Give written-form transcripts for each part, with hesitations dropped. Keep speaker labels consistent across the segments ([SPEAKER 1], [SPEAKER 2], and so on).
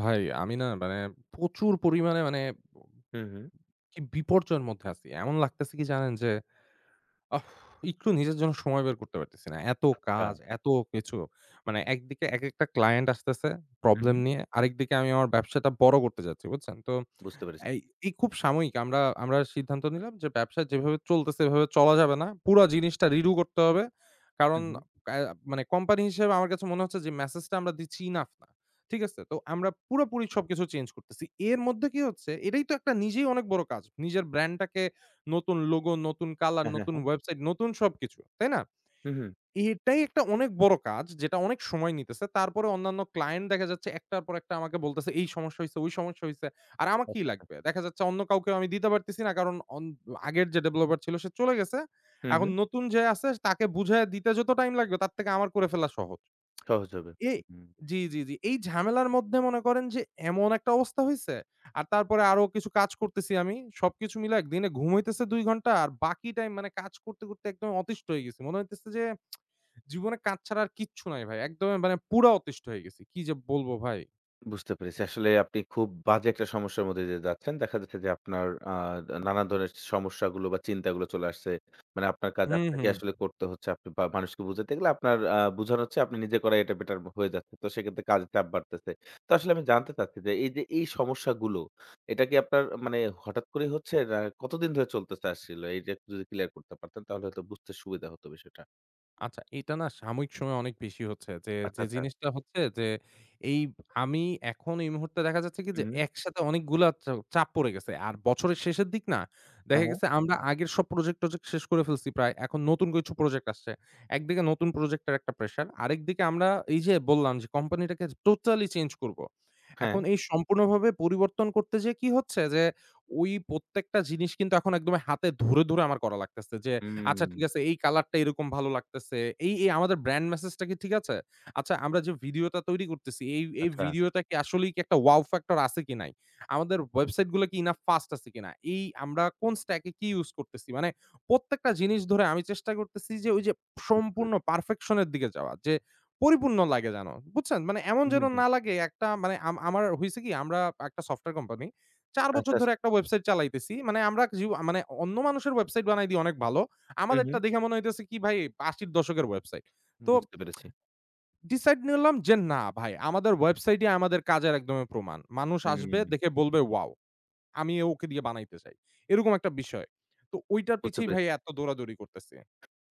[SPEAKER 1] ভাই আমি না প্রচুর পরিমাণে
[SPEAKER 2] হুম, হুম।
[SPEAKER 1] কি বিপর্যয়ের মধ্যে আছি। এমন লাগতেছে কি জানেন যে আহ একটু নিজের জন্য সময় বের করতে পারতেছি না। এত
[SPEAKER 2] আচ্ছা।
[SPEAKER 1] কাজ, এত কিছু। একদিকে একেকটা ক্লায়েন্ট আসতেছে
[SPEAKER 2] হুম,
[SPEAKER 1] প্রবলেম
[SPEAKER 2] হুম।
[SPEAKER 1] নিয়ে। আরেকদিকে আমি আমার ব্যবসাটা বড় করতে যাচ্ছি, বুঝছেন? তো
[SPEAKER 2] বুঝতে পেরেছি।
[SPEAKER 1] এই, এই খুব সাময়িক আমরা আমরা সিদ্ধান্ত নিলাম যে ব্যবসা যেভাবে চলতেছে এভাবে চলা যাবে না। পুরা জিনিসটা রিডু করতে হবে। কারণ
[SPEAKER 2] হুম, হুম।
[SPEAKER 1] আ কোম্পানি হিসেবে আমার কাছে মনে হচ্ছে যে মেসেজটা আমরা দিচ্ছি ইনাফ না। ঠিক আছে? তো আমরা পুরোপুরি সবকিছু চেঞ্জ করতেছি। এর মধ্যে কি হচ্ছে এটাই তো একটা নিজেই অনেক বড় কাজ। নিজের ব্র্যান্ডটাকে নতুন লোগো, নতুন কালার,
[SPEAKER 2] হ্যাঁ, হ্যাঁ,
[SPEAKER 1] নতুন
[SPEAKER 2] হ্যাঁ।
[SPEAKER 1] ওয়েবসাইট, নতুন সবকিছু। তাই না?
[SPEAKER 2] হুম, হুম।
[SPEAKER 1] এটাই একটা অনেক বড় কাজ যেটা অনেক সময় নিতেছে। তারপরে অন্যান্য ক্লায়েন্ট দেখা যাচ্ছে একটার পর একটা আমাকে বলতেছে, "এই সমস্যা হইছে, ওই সমস্যা হইছে।" আর আমার কি
[SPEAKER 2] আচ্ছা।
[SPEAKER 1] লাগবে? দেখা যাচ্ছে অন্য কাউকেও আমি দিতে পারতেছি না। কারণ অন আগের যে ডেভেলপার ছিল সে চলে গেছে।
[SPEAKER 2] হুম,
[SPEAKER 1] এখন
[SPEAKER 2] হুম।
[SPEAKER 1] নতুন যে আছে তাকে বুঝায় দিতে যত টাইম লাগবে তার থেকে আমার করে ফেলা সহজ।
[SPEAKER 2] সহজ হবে।
[SPEAKER 1] এ
[SPEAKER 2] হুম।
[SPEAKER 1] জি, জি, জি। এই ঝামেলার মধ্যে মনে করেন যে এমন একটা অবস্থা হইছে। আর তারপরে আরো কিছু কাজ করতেছি আমি। সবকিছু মিলায় দিনে ঘুম হইতেছে ২ ঘন্টা। আর বাকি টাইম কাজ করতে, করতে একদম অতিষ্ঠ হয়ে গেছি। মনে হইতেছে যে জীবনে কাজ ছাড়া আর কিচ্ছু নাই ভাই। একদম পুরা অতিষ্ঠ হয়ে গেছি। কি যে বলব ভাই!
[SPEAKER 2] বুঝতে পেরেছি। আসলে আপনি খুব বাজে একটা সমস্যার মধ্যে দিয়ে যাচ্ছেন। দেখা যাচ্ছে যে আপনার নানান ধরনের সমস্যাগুলো বা চিন্তাগুলো চলে আসছে। মানে আপনার কাজ
[SPEAKER 1] হুম,
[SPEAKER 2] আপনাকে
[SPEAKER 1] হুম।
[SPEAKER 2] আসলে করতে হচ্ছে। আপনি বা মানুষকে বোঝাতে গেলে আপনার বোঝানো হচ্ছে আপনি নিজে করাই এটা বেটার হয়ে যাচ্ছে। তো সেক্ষেত্রে কাজের চাপ বাড়তেছে। তো আসলে আমি জানতে চাচ্ছি যে এই যে এই সমস্যাগুলো এটা কি আপনার মানে হঠাৎ করেই হচ্ছে না কতদিন ধরে চলতেছে আসলে? এইটা একটু যদি ক্লিয়ার করতে পারতেন তাহলে হয়তো বুঝতে সুবিধা হতো বিষয়টা।
[SPEAKER 1] আচ্ছা, এটা না সাময়িক সময়ে অনেক বেশি হচ্ছে। যে,
[SPEAKER 2] আচ্ছা,
[SPEAKER 1] যে
[SPEAKER 2] আচ্ছা।
[SPEAKER 1] জিনিসটা হচ্ছে যে, এই আমি এখন এই মুহূর্তে দেখা যাচ্ছে কি যে,
[SPEAKER 2] হুম।
[SPEAKER 1] একসাথে অনেকগুলা চাপ পড়ে গেছে। আর বছরের শেষের দিক না,
[SPEAKER 2] হ্যাঁ,
[SPEAKER 1] দেখা
[SPEAKER 2] হ্যাঁ।
[SPEAKER 1] গেছে আমরা আগের সব প্রজেক্ট-টজেক্ট শেষ করে ফেলছি প্রায়। এখন নতুন কিছু প্রজেক্ট আসছে। একদিকে নতুন প্রজেক্টের একটা প্রেশার। আরেকদিকে আমরা এই যে বললাম যে, কোম্পানিটাকে টোটালি চেঞ্জ করব।
[SPEAKER 2] হ্যাঁ।
[SPEAKER 1] এখন এই সম্পূর্ণভাবে পরিবর্তন করতে যেয়ে কি হচ্ছে যে, ওই প্রত্যেকটা জিনিস কিন্তু এখন একদম হাতে ধরে, ধরে আমার করা লাগতেছে। যে আচ্ছা ঠিক আছে
[SPEAKER 2] হুম।
[SPEAKER 1] এই কালারটা এরকম ভালো লাগতেছে। এই আমাদের ব্র্যান্ড মেসেজটা কি ঠিক আছে? আচ্ছা আমরা যে ভিডিওটা তৈরি করতেছি এই
[SPEAKER 2] আচ্ছা,
[SPEAKER 1] ভিডিওটা কি আসলেই কি একটা wow factor আছে কি নাই? আমাদের ওয়েবসাইট গুলো কি ইনাফ ফাস্ট আছে কিনা? এই আমরা কোন স্ট্যাক এ কি ইউস করতেছি? প্রত্যেকটা জিনিস ধরে আমি চেষ্টা করতেছি যে ওই যে
[SPEAKER 2] বুঝতে
[SPEAKER 1] সম্পূর্ণ
[SPEAKER 2] পেরেছি।
[SPEAKER 1] পারফেকশন এর দিকে যাওয়া। যে পরিপূর্ণ লাগে যেন। বুঝছেন? এমন
[SPEAKER 2] হুম,
[SPEAKER 1] যেন
[SPEAKER 2] হুম, হুম।
[SPEAKER 1] না লাগে একটা মানে আম আমার হইছে কি আমরা একটা সফটওয়্যার কোম্পানি। ৪ বছর
[SPEAKER 2] আচ্ছা,
[SPEAKER 1] ধরে
[SPEAKER 2] আচ্ছা।
[SPEAKER 1] একটা ওয়েবসাইট চালাইতেছি। আমরা জিউ মানে অন্য মানুষের ওয়েবসাইট বানাই দিই অনেক ভালো।
[SPEAKER 2] হুম,
[SPEAKER 1] আমাদেরটা
[SPEAKER 2] হুম।
[SPEAKER 1] দেখে মনে হইতেছে কি ভাই ৮০ র দশকের ওয়েবসাইট। তো
[SPEAKER 2] বুঝতে পেরেছি।
[SPEAKER 1] ডিসাইড নিলাম যে না ভাই আমাদের ওয়েবসাইটই আমাদের কাজের একদমই প্রমাণ। মানুষ আসবে
[SPEAKER 2] হুম।
[SPEAKER 1] দেখে বলবে ওয়াও! আমি ওকে দিয়ে বানাইতে চাই। এরকম একটা বিষয়। তো ঐটার
[SPEAKER 2] বুঝতে
[SPEAKER 1] পিছেই
[SPEAKER 2] পেরেছি।
[SPEAKER 1] ভাই এত দৌড়াদৌড়ি করতেছি।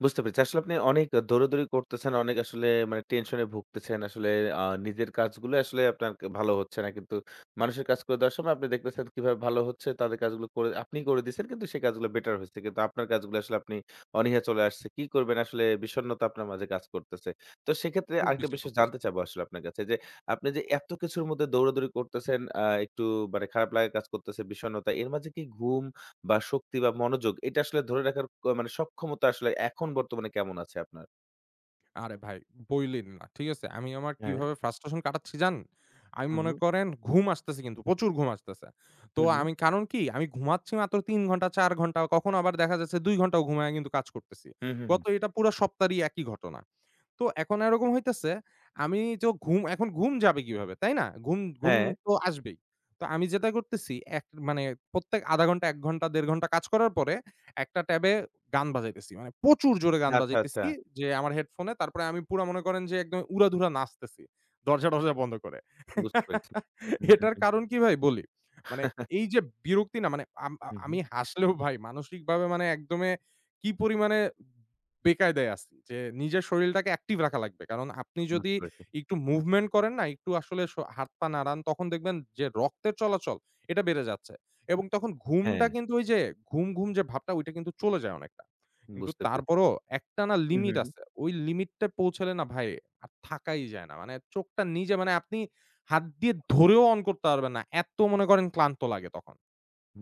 [SPEAKER 2] বুঝতে পেরেছি। আসলে আপনি অনেক দৌড়াদৌড়ি করতেছেন, অনেক আসলে মানে টেনশনে ভুগতেছেন। আসলে নিজের কাজগুলো আসলে আপনার ভালো হচ্ছে না। কিন্তু মানুষের কাজ করে দেওয়ার সময় আপনি দেখতেছেন কিভাবে ভালো হচ্ছে তাদের কাজগুলো করে আপনি করে দিচ্ছেন কিন্তু সেই কাজগুলো বেটার হইছে। কিন্তু আপনার কাজগুলো আসলে আপনি অনীহা চলে আসছে। কি করবেন আসলে বিষণ্ণতা আপনার মাঝে কাজ করতেছে। তো সেক্ষেত্রে
[SPEAKER 1] খুব
[SPEAKER 2] আরেকটা
[SPEAKER 1] বেশি,
[SPEAKER 2] বিষয়
[SPEAKER 1] খুব বেশি।
[SPEAKER 2] জানতে চাবো আসলে আপনার কাছে যে, আপনি যে এত কিছুর মধ্যে দৌড়াদৌড়ি করতেছেন, একটু মানে খারাপ লাগা কাজ করতেছে বিষণ্ণতা। এর মাঝে কি ঘুম বা শক্তি বা মনোযোগ এটা আসলে ধরে রাখার মানে সক্ষমতা আসলে এখন বর্তমানে কেমন আছে আপনার?
[SPEAKER 1] আরে ভাই বইলেন না। ঠিক আছে? আমি আমার
[SPEAKER 2] হ্যাঁ।
[SPEAKER 1] কিভাবে frustration কাটাচ্ছি জানেন? আমি
[SPEAKER 2] হুম,
[SPEAKER 1] মনে
[SPEAKER 2] হুম।
[SPEAKER 1] করেন ঘুম আসতেছে কিন্তু প্রচুর ঘুম আসতেছে। তো
[SPEAKER 2] হুম, হুম।
[SPEAKER 1] আমি কারণ কি? আমি ঘুমাচ্ছি মাত্র ৩ ঘন্টা, ৪ ঘন্টা, কখনো আবার দেখা যাচ্ছে ২ ঘন্টাও ঘুমায়া কিন্তু কাজ করতেছি।
[SPEAKER 2] হুম, হুম, হুম।
[SPEAKER 1] গত এটা পুরা সপ্তাহেরই একই ঘটনা। তো এখন এরকম হইতেছে, আমি তো ঘুম এখন ঘুম যাবে কিভাবে, তাই না? ঘুম ঘুম
[SPEAKER 2] হ্যাঁ।
[SPEAKER 1] তো আসবেই। তো আমি যেটা করতেছি এক মানে প্রত্যেক ০.৫ ঘন্টা, ১ ঘন্টা, ১.৫ ঘন্টা কাজ করার পরে একটা ট্যাবে গান বাজাইতেছি। প্রচুর জোরে গান
[SPEAKER 2] আচ্ছা, আচ্ছা।
[SPEAKER 1] বাজাইতেছি যে আমার হেডফোনে। তারপরে আমি পুরা মনে করেন যে একদম উড়াধুরা নাচতেছি। দরজা-টরজা বন্ধ করে।
[SPEAKER 2] বুঝতে পেরেছি। হুম, হুম,
[SPEAKER 1] এটার
[SPEAKER 2] হুম।
[SPEAKER 1] কারণ কি ভাই বলি। মানে এই যে বিরক্তি না
[SPEAKER 2] হুম,
[SPEAKER 1] আমি
[SPEAKER 2] হুম।
[SPEAKER 1] হাসলেও ভাই মানসিকভাবে একদমে কি পরিমাণে বেকায়দায় আছি। যে নিজের শরীলটাকে অ্যাক্টিভ রাখা লাগবে। কারণ আপনি যদি
[SPEAKER 2] বুঝতে পেরেছি।
[SPEAKER 1] একটু মুভমেন্ট করেন না, একটু আসলে হাত-পা নাড়ান, তখন দেখবেন যে রক্তের চলাচল এটা বেড়ে যাচ্ছে। এবং তখন
[SPEAKER 2] হ্যাঁ,
[SPEAKER 1] ঘুমটা কিন্তু ওই যে ঘুম যে ভাবটা ওইটা কিন্তু চলে যায় অনেকটা। কিন্তু
[SPEAKER 2] বুঝতে পেরেছি।
[SPEAKER 1] তারপরও একটানা
[SPEAKER 2] হুম,
[SPEAKER 1] লিমিট
[SPEAKER 2] হুম, হুম।
[SPEAKER 1] আছে। ওই লিমিটটা পৌঁছালে না ভাই আর থাকাই যায় না। চোখটা নিজে আপনি হাত দিয়ে ধরেও অন করতে পারবেন না। এত মনে করেন ক্লান্ত লাগে তখন।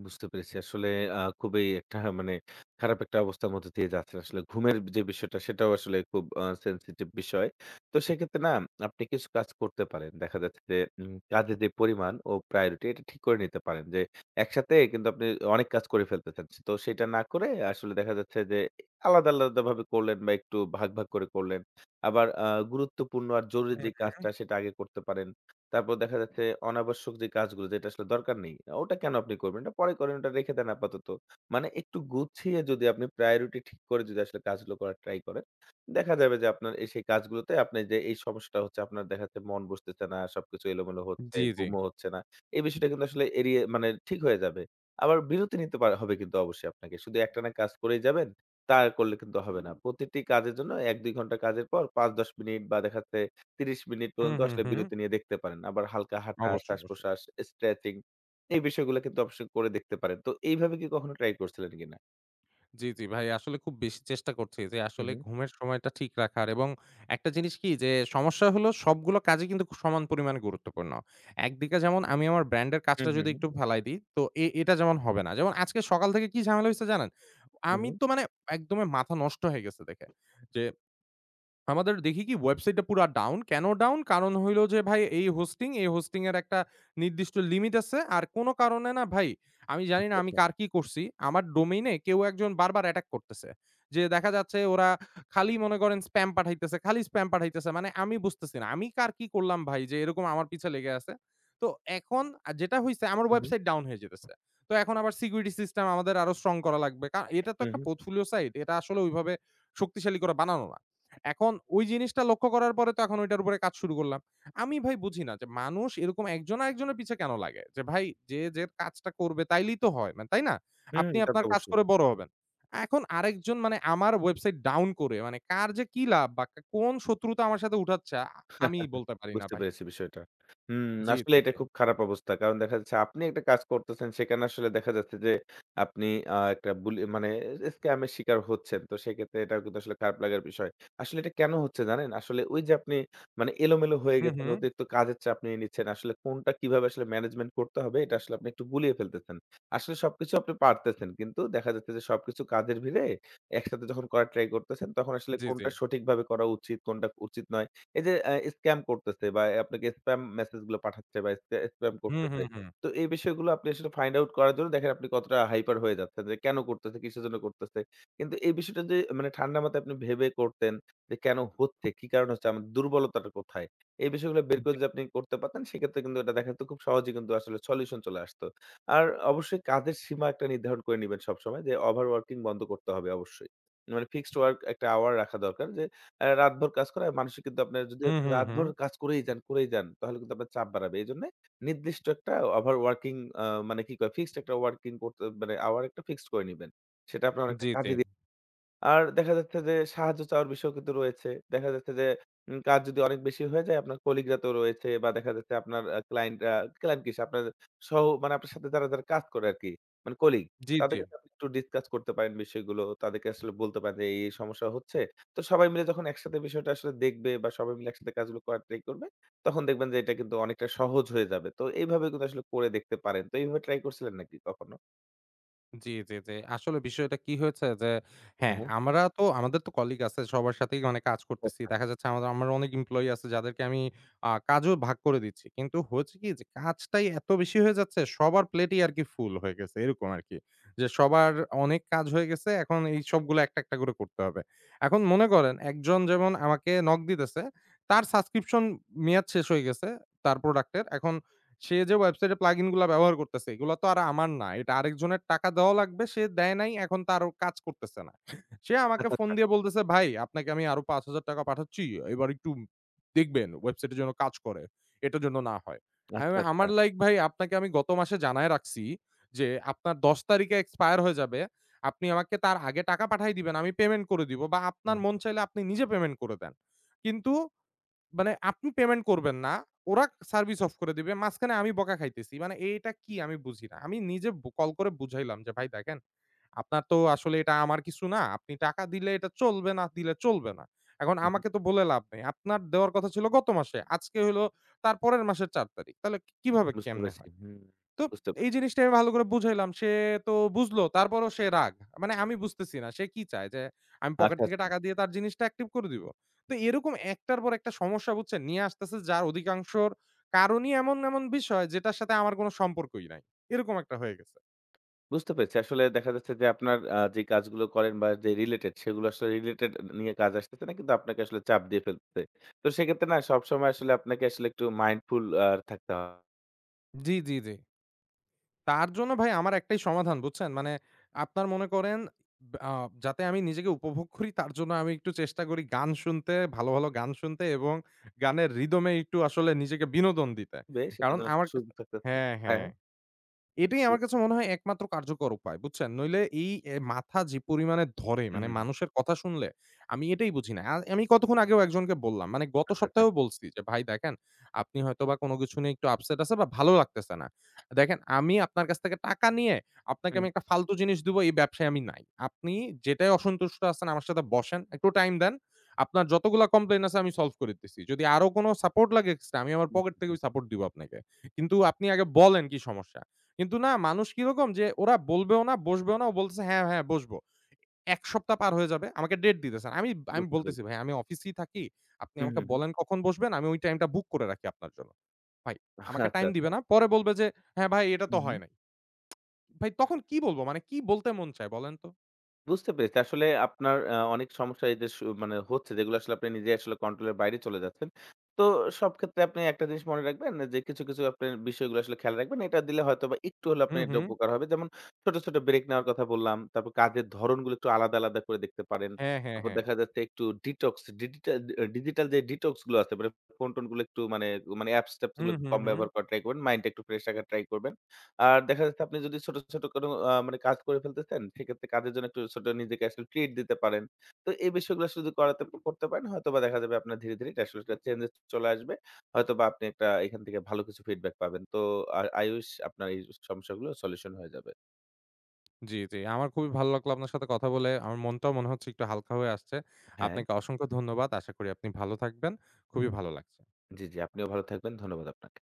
[SPEAKER 2] বুঝতে পেরেছি। আসলে খুবই একটা মানে খারাপ একটা অবস্থার মধ্যে দিয়ে যাচ্ছেন। আসলে ঘুমের যে বিষয়টা সেটাও আসলে খুব sensitive বিষয়। তো সেক্ষেত্রে না আপনি কিছু কাজ করতে পারেন। দেখা যাচ্ছে যে কাজের যে পরিমাণ ও priority এটা ঠিক করে নিতে পারেন যে একসাথে কিন্তু আপনি অনেক কাজ করে ফেলতেছেন। তো সেটা না করে আসলে দেখা যাচ্ছে যে আলাদা, আলাদাভাবে করলেন বা একটু ভাগ, ভাগ করে করলেন। আবার গুরুত্বপূর্ণ আর জরুরি
[SPEAKER 1] হুম,
[SPEAKER 2] যে
[SPEAKER 1] হুম।
[SPEAKER 2] কাজটা সেটা আগে করতে পারেন। তারপর দেখা যাচ্ছে অনাবশ্যক যে কাজগুলো যেটা আসলে দরকার নেই, ওটা কেন আপনি করবেন? এটা পরে করেন, ওটা রেখে দেন আপাতত। মানে একটু গুছিয়ে যদি আপনি প্রায়োরিটি ঠিক করে যদি আসলে কাজগুলো করার ট্রাই করেন, দেখা যাবে যে আপনার এই সেই কাজগুলোতে আপনার যে এই সমস্যাটা হচ্ছে আপনার দেখা যাচ্ছে মন বসতেছে না, সবকিছু এলোমেলো হচ্ছে,
[SPEAKER 1] জি, জি।
[SPEAKER 2] ঘুমও হচ্ছে না। এই বিষয়টা কিন্তু আসলে এড়িয়ে মানে ঠিক হয়ে যাবে। আবার বিরতি নিতে পার হবে কিন্তু অবশ্যই আপনাকে। শুধু একটানা কাজ করেই যাবেন, তা করলে কিন্তু হবে না। প্রতিটি কাজের জন্য ১-২ ঘন্টা কাজের পর ৫-১০ মিনিট বা দেখা যাচ্ছে ৩০ মিনিট
[SPEAKER 1] হুম,
[SPEAKER 2] পর্যন্ত
[SPEAKER 1] হুম,
[SPEAKER 2] আসলে
[SPEAKER 1] হুম।
[SPEAKER 2] বিরতি নিয়ে দেখতে পারেন। আবার হালকা হাঁটা,
[SPEAKER 1] অবশ্যই, অবশ্যই।
[SPEAKER 2] শ্বাস-প্রশ্বাস, স্ট্রেচিং এই বিষয়গুলো কিন্তু অবশ্যই করে দেখতে পারেন। তো এইভাবে কি কখনো ট্রাই করছিলেন কিনা?
[SPEAKER 1] জি, জি ভাই আসলে খুব বেশি চেষ্টা করছি যে
[SPEAKER 2] হু,
[SPEAKER 1] আসলে
[SPEAKER 2] হু।
[SPEAKER 1] ঘুমের সময়টা ঠিক রাখার এবং একটা জিনিস কি যে সমস্যা হলো সবগুলো কাজই কিন্তু খুব সমান পরিমাণে গুরুত্বপূর্ণ। একদিকে যেমন আমি আমার ব্র্যান্ডের
[SPEAKER 2] হু,
[SPEAKER 1] কাজটা
[SPEAKER 2] হু,
[SPEAKER 1] যদি
[SPEAKER 2] হু।
[SPEAKER 1] একটু ফেলাই দিই তো এটা যেমন হবে না। যেমন আজকে সকাল থেকে কি ঝামেলা হইছে জানেন?
[SPEAKER 2] হু,
[SPEAKER 1] আমি
[SPEAKER 2] হু।
[SPEAKER 1] তো একদমই মাথা নষ্ট হয়ে গেছে দেখে যে আমাদের দেখি কি ওয়েবসাইটটা পুরা ডাউন। কেন ডাউন? কারণ হইলো যে ভাই এই হোস্টিং এর একটা নির্দিষ্ট লিমিট আছে। আর কোন কারণে না ভাই আমি জানি
[SPEAKER 2] আচ্ছা,
[SPEAKER 1] না আমি
[SPEAKER 2] আচ্ছা।
[SPEAKER 1] কার কি করছি। আমার ডোমেইনে কেউ একজন বারবার অ্যাটাক করতেছে। যে দেখা যাচ্ছে ওরা খালি মনে করেন স্প্যাম পাঠাইতেছে, খালি স্প্যাম পাঠাইতেছে। আমি বুঝতেছি না। আমি কার কি করলাম ভাই যে এরকম আমার পিছে লেগে আছে। তো এখন যেটা হইছে আমার
[SPEAKER 2] হু, হু।
[SPEAKER 1] ওয়েবসাইট ডাউন হয়ে যেতেছে। তো এখন আবার সিকিউরিটি সিস্টেম আমাদের আরো স্ট্রং করা লাগবে। এটা তো
[SPEAKER 2] হু,
[SPEAKER 1] একটা
[SPEAKER 2] হু।
[SPEAKER 1] Portfolio site. এটা আসলে ওইভাবে শক্তিশালী করে বানানো না। এখন ওই জিনিসটা লক্ষ্য করার পরে তো এখন ঐটার উপরে কাজ শুরু করলাম। আমি ভাই বুঝি না যে মানুষ এরকম একজন আরেকজনের পিছে কেন লাগে? যে ভাই যে কাজটা করবে তাইলেই তো হয় না, তাই না?
[SPEAKER 2] হু, হু।
[SPEAKER 1] আপনি
[SPEAKER 2] তা তো
[SPEAKER 1] আপনার কাজ
[SPEAKER 2] অবশ্যই।
[SPEAKER 1] করে বড় হবেন। এখন আরেকজন আমার ওয়েবসাইট ডাউন করে কার যে কি লাভ বা কোন শত্রুতা আমার সাথে উঠাচ্ছে আমি বলতে পারি না
[SPEAKER 2] বুঝতে
[SPEAKER 1] ভাই।
[SPEAKER 2] পেরেছি বিষয়টা। হুম,
[SPEAKER 1] জি,
[SPEAKER 2] আসলে
[SPEAKER 1] জি,
[SPEAKER 2] এটা
[SPEAKER 1] জি।
[SPEAKER 2] খুব খারাপ অবস্থা। কারণ দেখা যাচ্ছে আপনি একটা কাজ করতেছেন, সেখানে আসলে দেখা যাচ্ছে যে আপনি একটা বুলি মানে স্ক্যাম এর শিকার হচ্ছেন। তো সেক্ষেত্রে এটাও কিন্তু আসলে খারাপ লাগার বিষয়। আসলে এটা কেন হচ্ছে জানেন? আসলে ওই যে আপনি মানে এলোমেলো হয়ে
[SPEAKER 1] হু, হু।
[SPEAKER 2] গেছেন, অতিরিক্ত কাজের চাপ নিয়ে নিচ্ছেন। আসলে কোনটা কিভাবে আসলে ম্যানেজমেন্ট করতে হবে এটা আসলে আপনি একটু গুলিয়ে ফেলতেছেন। আসলে সবকিছু আপনি পারতেছেন। কিন্তু দেখা যাচ্ছে যে সবকিছু কাজের ভিড়ে একসাথে যখন করার ট্রাই করতেছেন, তখন আসলে
[SPEAKER 1] জি, জি।
[SPEAKER 2] কোনটা সঠিকভাবে করা উচিত, কোনটা উচিত নয়। এই যে স্ক্যাম করতেছে বা আপনাকে স্প্যাম মেসেজ গুলো পাঠাচ্ছে বা স্প্যাম
[SPEAKER 1] হু, হু,
[SPEAKER 2] করতেছে।
[SPEAKER 1] হু।
[SPEAKER 2] তো এই বিষয়গুলো আপনি আসলে ফাইন্ড আউট করার জন্য দেখেন আপনি কতটা হাইপার হয়ে যাচ্ছেন যে কেন করতেছে, কিসের জন্য করতেছে। কিন্তু এই বিষয়টা যে মানে ঠান্ডা মাথায় আপনি ভেবে করতেন যে কেন হচ্ছে, কি কারণ হচ্ছে, আমার দুর্বলতাটা কোথায়? এই বিষয়গুলো বের করে
[SPEAKER 1] জি।
[SPEAKER 2] যদি আপনি করতে পারতেন সেক্ষেত্রে কিন্তু এটা দেখা যেত খুব সহজেই কিন্তু আসলে সলিউশন চলে আসতো। আর অবশ্যই কাজের সীমা একটা নির্ধারণ করে নিবেন সবসময় যে ওভার ওয়ার্কিং বন্ধ করতে হবে অবশ্যই। মানে ফিক্সড ওয়ার্ক একটা আওয়ার রাখা দরকার যে রাতভর কাজ করা মানসিক কিন্তু আপনার যদি
[SPEAKER 1] হু,
[SPEAKER 2] আপনি
[SPEAKER 1] হু, হু।
[SPEAKER 2] রাতভর কাজ করেই যান, করেই যান তাহলে কিন্তু আপনার চাপ বাড়াবে। এজন্যে নির্দিষ্ট একটা ওভার ওয়ার্কিং আ মানে কি কয় ফিক্সড একটা ওয়ার্কিং করতে মানে আওয়ার একটা ফিক্সড করে নিবেন। সেটা আপনার অনেকটা
[SPEAKER 1] জি, জি।
[SPEAKER 2] কাজে দি। আর দেখা যাচ্ছে যে সাহায্য চাওয়ার বিষয়ও কিন্তু রয়েছে। দেখা যাচ্ছে যে কাজ যদি অনেক বেশি হয়ে যায় আপনার কলিগরা তো রয়েছে বা দেখা যাচ্ছে আপনার ক্লায়েন্ট ক্লায়েন্ট কি? আপনার সহ মানে আপনার সাথে যারা, যারা কাজ করে আরকি মানে কলিগ,
[SPEAKER 1] জি, জি।
[SPEAKER 2] তাদেরকে তো আপনি একটু ডিসকাস করতে পারেন বিষয়গুলো। তাদেরকে আসলে বলতে পারেন যে এই সমস্যা হচ্ছে। তো সবাই মিলে যখন একসাথে বিষয়টা আসলে দেখবে বা সবাই মিলে একসাথে কাজগুলো করার ট্রাই করবে, তখন দেখবেন যে এটা কিন্তু অনেকটা সহজ হয়ে যাবে। তো এইভাবে কিন্তু আসলে করে দেখতে পারেন। তো এইভাবে ট্রাই করছিলেন নাকি কখনো?
[SPEAKER 1] জি, জি, জি। আসলে বিষয়টা কি হয়েছে যে, হ্যাঁ,
[SPEAKER 2] হ্যাঁ,
[SPEAKER 1] আমরা তো আমাদের তো কলিগ আছে সবার সাথেই কাজ করতেছি।
[SPEAKER 2] আচ্ছা,
[SPEAKER 1] দেখা যাচ্ছে আমার অনেক এমপ্লয়ি আছে যাদেরকে আমি কাজও ভাগ করে দিচ্ছি। কিন্তু হয়েছে কি যে, কাজটাই এত বেশি হয়ে যাচ্ছে সবার প্লেটই আরকি ফুল হয়ে গেছে। এরকম আরকি। যে সবার অনেক কাজ হয়ে গেছে। এখন এই সবগুলো একটা, একটা করে করতে হবে। এখন মনে করেন একজন যেমন আমাকে নক দিতেছে, তার সাবস্ক্রিপশন মেয়াদ শেষ হয়ে গেছে তার প্রোডাক্টের। এখন সে যে ওয়েবসাইটে প্লাগইন গুলা ব্যবহার করতেছে, এগুলা তো আর আমার না। এটা আরেকজনের টাকা দেওয়া লাগবে। সে দেয় নাই, এখন তার কাজ করতেছে না। সে আমাকে ফোন দিয়ে বলতেছে, "ভাই, আপনাকে আমি আরো ৳৫,০০০ পাঠাচ্ছি। এবার একটু দেখবেন ওয়েবসাইটের যেন কাজ করে। এটার জন্য না হয়।" আমি
[SPEAKER 2] আচ্ছা, আচ্ছা।
[SPEAKER 1] আমার লাইক, "ভাই, আপনাকে আমি গত মাসে জানায় রাখছি যে আপনার ১০ তারিখে এক্সপায়ার হয়ে যাবে। আপনি আমাকে তার আগে টাকা পাঠায় দিবেন। আমি পেমেন্ট করে দিব বা আপনার
[SPEAKER 2] হুম,
[SPEAKER 1] মন চাইলে আপনি নিজে পেমেন্ট করে দেন।" কিন্তু আপনি পেমেন্ট করবেন না। ওরা সার্ভিস অফ করে দিবে। মাঝখানে আমি বকা খাইতেছি। এটা কি আমি বুঝি না। আমি নিজে কল করে বুঝাইলাম যে, "ভাই দেখেন, আপনার তো আসলে এটা আমার কিছু না। আপনি টাকা দিলে এটা চলবে, না দিলে চলবে না। এখন
[SPEAKER 2] হুম।
[SPEAKER 1] আমাকে তো বলে লাভ নেই। আপনার দেওয়ার কথা ছিল গত মাসে। আজকে হইলো তার পরের মাসের ৪ তারিখ। তাহলে কিভাবে
[SPEAKER 2] বুঝতে
[SPEAKER 1] কেমনে
[SPEAKER 2] পেরেছি।
[SPEAKER 1] হয়?"
[SPEAKER 2] হুম,
[SPEAKER 1] তো
[SPEAKER 2] বুঝতে
[SPEAKER 1] এই
[SPEAKER 2] পেরেছি।
[SPEAKER 1] জিনিসটা আমি ভালো করে বুঝাইলাম। সে তো বুঝলো। তারপরও সে রাগ। আমি বুঝতেছি না। সে কি চায়? যে আমি পকেট
[SPEAKER 2] আচ্ছা,
[SPEAKER 1] থেকে
[SPEAKER 2] আচ্ছা।
[SPEAKER 1] টাকা দিয়ে তার জিনিসটা অ্যাক্টিভ করে দিব। তো এরকম একটার পর একটা সমস্যা বুঝছেন নিয়ে আসতেছে যার অধিকাংশর কারণই এমন, এমন বিষয় যেটার সাথে আমার কোন সম্পর্কই নাই। এরকম একটা হয়ে গেছে।
[SPEAKER 2] বুঝতে পেরেছি। আসলে দেখা যাচ্ছে যে আপনার যে কাজগুলো করেন বা যে রিলেটেড সেগুলো আসলে রিলেটেড নিয়ে কাজ আসতেছে না কিন্তু আপনাকে আসলে চাপ দিয়ে ফেলতেছে। তো সেক্ষেত্রে না সবসময় আসলে আপনাকে আসলে একটু মাইন্ডফুল থাকতে হবে।
[SPEAKER 1] জি, জি, জি। তার জন্য ভাই আমার একটাই সমাধান বুঝছেন? আপনার মনে করেন আ যাতে আমি নিজেকে উপভোগ করি তার জন্য আমি একটু চেষ্টা করি গান শুনতে, ভালো, ভালো গান শুনতে এবং গানের রিদম এ একটু আসলে নিজেকে বিনোদন দিতে।
[SPEAKER 2] সেটার
[SPEAKER 1] কারণ
[SPEAKER 2] জন্য একটু
[SPEAKER 1] আমার কাছে।
[SPEAKER 2] সুযোগ থাকতে হবে।
[SPEAKER 1] হ্যাঁ,
[SPEAKER 2] হ্যাঁ, হ্যাঁ।
[SPEAKER 1] হ্যাঁ। এটাই
[SPEAKER 2] জি।
[SPEAKER 1] আমার কাছে মনে হয় একমাত্র কার্যকর উপায়, বুঝছেন? নইলে এই এ মাথা যে পরিমাণে ধরে,
[SPEAKER 2] হুম, হুম, হুম।
[SPEAKER 1] মানুষের কথা শুনলে আমি এটাই বুঝি না। আমি কতক্ষণ আগেও একজনকে বললাম, গত
[SPEAKER 2] আচ্ছা, আচ্ছা।
[SPEAKER 1] সপ্তাহেও বলছি যে, "ভাই দেখেন, আপনি হয়তোবা কোনো কিছু নিয়ে একটু আপসেট আছে বা ভালো লাগতেছে না। দেখেন আমি আপনার কাছ থেকে টাকা নিয়ে আপনাকে
[SPEAKER 2] হুম,
[SPEAKER 1] আমি একটা ফালতু জিনিস দিবো, এই ব্যবসায় আমি নাই। আপনি যেটায় অসন্তুষ্ট আছেন আমার সাথে বসেন, একটু টাইম দেন। আপনার যতগুলা কমপ্লেইন আছে আমি সলভ করে দিতেছি। যদি আরো কোনো সাপোর্ট লাগে এক্সট্রা, আমি আমার পকেট
[SPEAKER 2] বুঝতে পেরেছি।
[SPEAKER 1] থেকেই সাপোর্ট দিবো আপনাকে। কিন্তু আপনি আগে বলেন কি সমস্যা?" কিন্তু না মানুষ কিরকম যে ওরা বলবেও না, বসবেও না। ও বলতেছে, "হ্যাঁ, হ্যাঁ বসবো।" ১ সপ্তাহ পার হয়ে যাবে। আমাকে ডেট দিতেছেন। আমি আমি
[SPEAKER 2] বুঝতে
[SPEAKER 1] বলতেছি,
[SPEAKER 2] পেরেছি।
[SPEAKER 1] "ভাই আমি অফিসেই থাকি। আপনি
[SPEAKER 2] হুম,
[SPEAKER 1] আমাকে
[SPEAKER 2] হুম, হুম।
[SPEAKER 1] বলেন কখন বসবেন, আমি ওই টাইমটা বুক করে রাখি আপনার জন্য।" ভাই আমাকে
[SPEAKER 2] আচ্ছা,
[SPEAKER 1] টাইম দিবে
[SPEAKER 2] আচ্ছা।
[SPEAKER 1] না। পরে বলবে যে, "হ্যাঁ ভাই এটা
[SPEAKER 2] হুম,
[SPEAKER 1] তো
[SPEAKER 2] হুম।
[SPEAKER 1] হয় নাই।" ভাই তখন কি বলব? কি বলতে মন চায় বলেন তো?
[SPEAKER 2] বুঝতে পেরেছি। আসলে আপনার অনেক সমস্যা এই যে মানে হচ্ছে যেগুলো আসলে আপনি নিজেই আসলে কন্ট্রোল এর বাইরে চলে যাচ্ছেন। তো সব ক্ষেত্রে আপনি একটা জিনিস মনে রাখবেন যে কিছু, কিছু আপনার বিষয়গুলো আসলে খেয়াল রাখবেন। এটা দিলে হয়তোবা একটু হলেও আপনার
[SPEAKER 1] হুম,
[SPEAKER 2] এটা
[SPEAKER 1] হুম।
[SPEAKER 2] উপকার হবে। যেমন ছোট, ছোট ব্রেক নেওয়ার কথা বললাম। তারপর কাজের ধরণগুলো একটু আলাদা, আলাদা করে দেখতে পারেন।
[SPEAKER 1] হ্যাঁ, হ্যাঁ,
[SPEAKER 2] তারপর
[SPEAKER 1] হ্যাঁ।
[SPEAKER 2] দেখা যাচ্ছে একটু ডিটক্স ডিজিটাল ডিজিটাল যে ডিটক্স গুলো আছে মানে ফোন-টোন গুলো একটু মানে, অ্যাপস-ট্যাপস গুলো
[SPEAKER 1] হুম,
[SPEAKER 2] একটু
[SPEAKER 1] হুম,
[SPEAKER 2] কম
[SPEAKER 1] হুম।
[SPEAKER 2] ব্যবহার করার ট্রাই করবেন। মাইন্ডটা একটু ফ্রেশ রাখার ট্রাই করবেন। আর দেখা যাচ্ছে আপনি যদি ছোট, ছোট কোনো মানে কাজ করে ফেলতেছেন, সেক্ষেত্রে কাজের জন্য একটু ছোট নিজেকে আসলে ট্রিট দিতে পারেন। তো এই বিষয়গুলো আসলে যদি করাতে করতে পারেন, হয়তোবা দেখা যাবে আপনার ধীরে, ধীরে এটা আসলে একটা চেঞ্জেস চলে আসবে। হয়তোবা আপনি একটা এখান থেকে ভালো কিছু ফিডব্যাক পাবেন। তো আর I wish আপনার এই সমস্যাগুলো সলিউশন হয়ে যাবে।
[SPEAKER 1] জি, জি। আমার খুবই ভালো লাগলো আপনার সাথে কথা বলে। আমার মনটাও মনে হচ্ছে একটু হালকা হয়ে আসছে।
[SPEAKER 2] হ্যাঁ।
[SPEAKER 1] আপনাকে অসংখ্য ধন্যবাদ। আশা করি আপনি ভালো থাকবেন। খুবই ভালো লাগছে।
[SPEAKER 2] জি, জি, আপনিও ভালো থাকবেন। ধন্যবাদ আপনাকে।